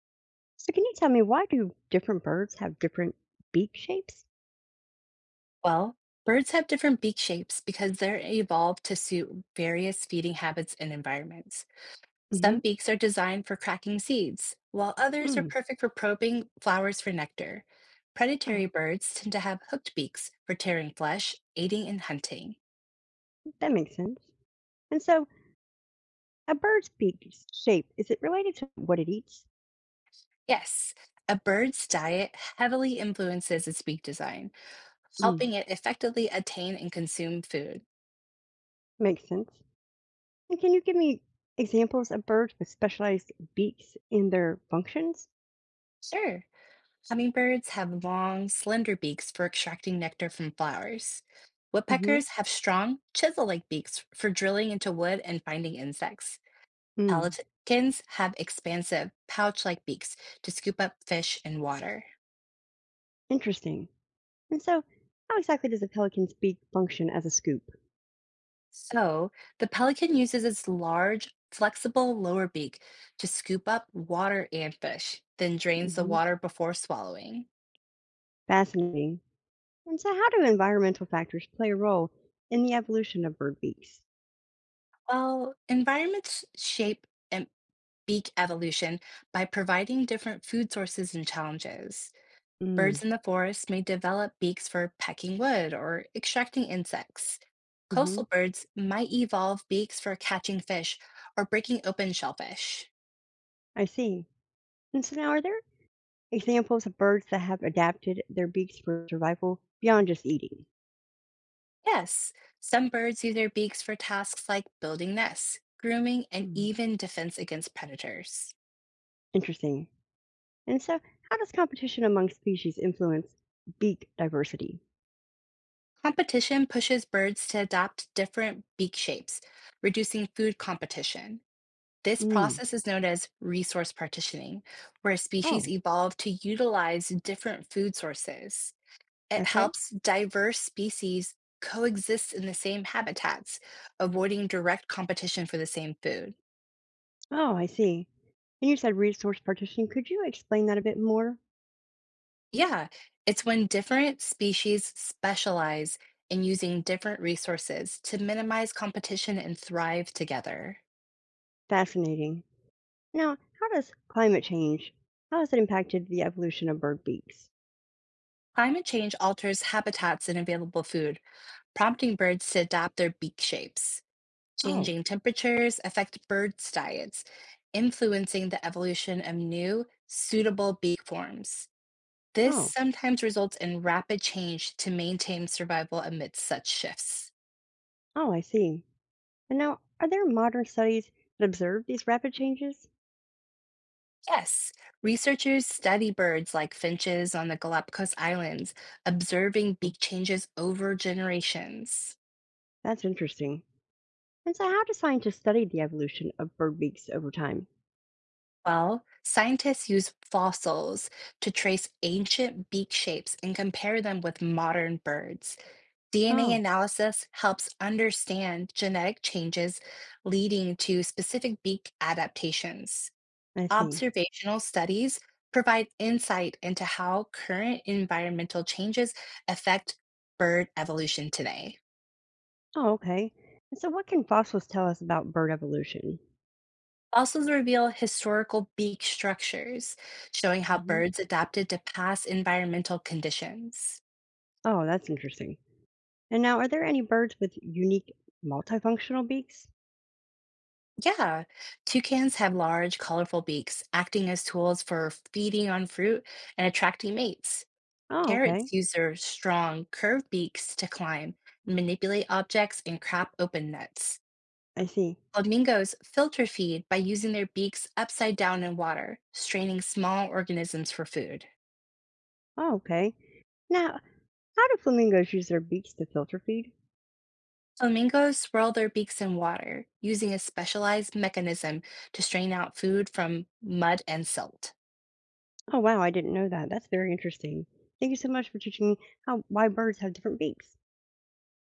So can you tell me why do different birds have different beak shapes? Well, birds have different beak shapes because they're evolved to suit various feeding habits and environments. Some Hmm. beaks are designed for cracking seeds, while others are Mm. perfect for probing flowers for nectar. Predatory Oh, birds tend to have hooked beaks for tearing flesh, eating, and hunting. that makes sense. And so a bird's beak shape, is it related to what it eats? Yes, a bird's diet heavily influences its beak design, Mm. helping it effectively attain and consume food. Makes sense. And can you give me examples of birds with specialized beaks in their functions? Sure. Hummingbirds have long, slender beaks for extracting nectar from flowers. Hmm. Woodpeckers have strong, chisel like beaks for drilling into wood and finding insects. Mm. Pelicans have expansive, pouch like beaks to scoop up fish and water. Interesting. And so how exactly does a pelican's beak function as a scoop? So, the pelican uses its large, flexible lower beak to scoop up water and fish, then drains the Hmm. water before swallowing. Fascinating. And so how do environmental factors play a role in the evolution of bird beaks? While environments shape and beak evolution by providing different food sources and challenges. Mm. Birds in the forest may develop beaks for pecking wood or extracting insects. Hmm. Coastal birds might evolve beaks for catching fish or breaking open shellfish. I see. And so now, are there examples of birds that have adapted their beaks for survival beyond just eating? Yes, some birds use their beaks for tasks like building nests, grooming, and Hmm. even defense against predators. Interesting. And so, how does competition among species influence beak diversity? Competition pushes birds to adopt different beak shapes, reducing food competition. This Mm. process is known as resource partitioning, where species Oh, evolve to utilize different food sources. It okay. helps diverse species coexist in the same habitats, avoiding direct competition for the same food. Oh, I see. And you said resource partition. Could you explain that a bit more? Yeah, it's when different species specialize in using different resources to minimize competition and thrive together. Fascinating. Now, how does climate change, how has it impacted the evolution of bird beaks? Climate change alters habitats and available food, prompting birds to adapt their beak shapes. Oh, Changing temperatures affect birds' diets, influencing the evolution of new, suitable beak forms. This oh, sometimes results in rapid change to maintain survival amidst such shifts. oh, I see. And now, are there modern studies that observe these rapid changes? Yes, researchers study birds like finches on the Galapagos Islands, observing Oh, beak changes over generations. that's interesting. And so, how do scientists study the evolution of bird beaks over time? Well, scientists use fossils to trace ancient beak shapes and compare them with modern birds. DNA Oh, analysis helps understand genetic changes leading to specific beak adaptations. I see. Observational studies provide insight into how current environmental changes affect bird evolution today. Oh, okay. And so, what can fossils tell us about bird evolution? Fossils reveal historical beak structures, showing how Hmm. birds adapted to past environmental conditions. Oh, that's interesting. And now, are there any birds with unique multifunctional beaks? Yeah, toucans have large, colorful beaks, acting as tools for feeding on fruit and attracting mates. Oh, okay. Parrots use their strong, curved beaks to climb, manipulate objects, and crap open nets. I see. Flamingos filter feed by using their beaks upside down in water, straining small organisms for food. Oh, okay. Now, how do flamingos use their beaks to filter feed? Flamingos swirl their beaks in water, using a specialized mechanism to strain out food from mud and silt. Oh, wow, I didn't know that. That's very interesting. Thank you so much for teaching me how why birds have different beaks.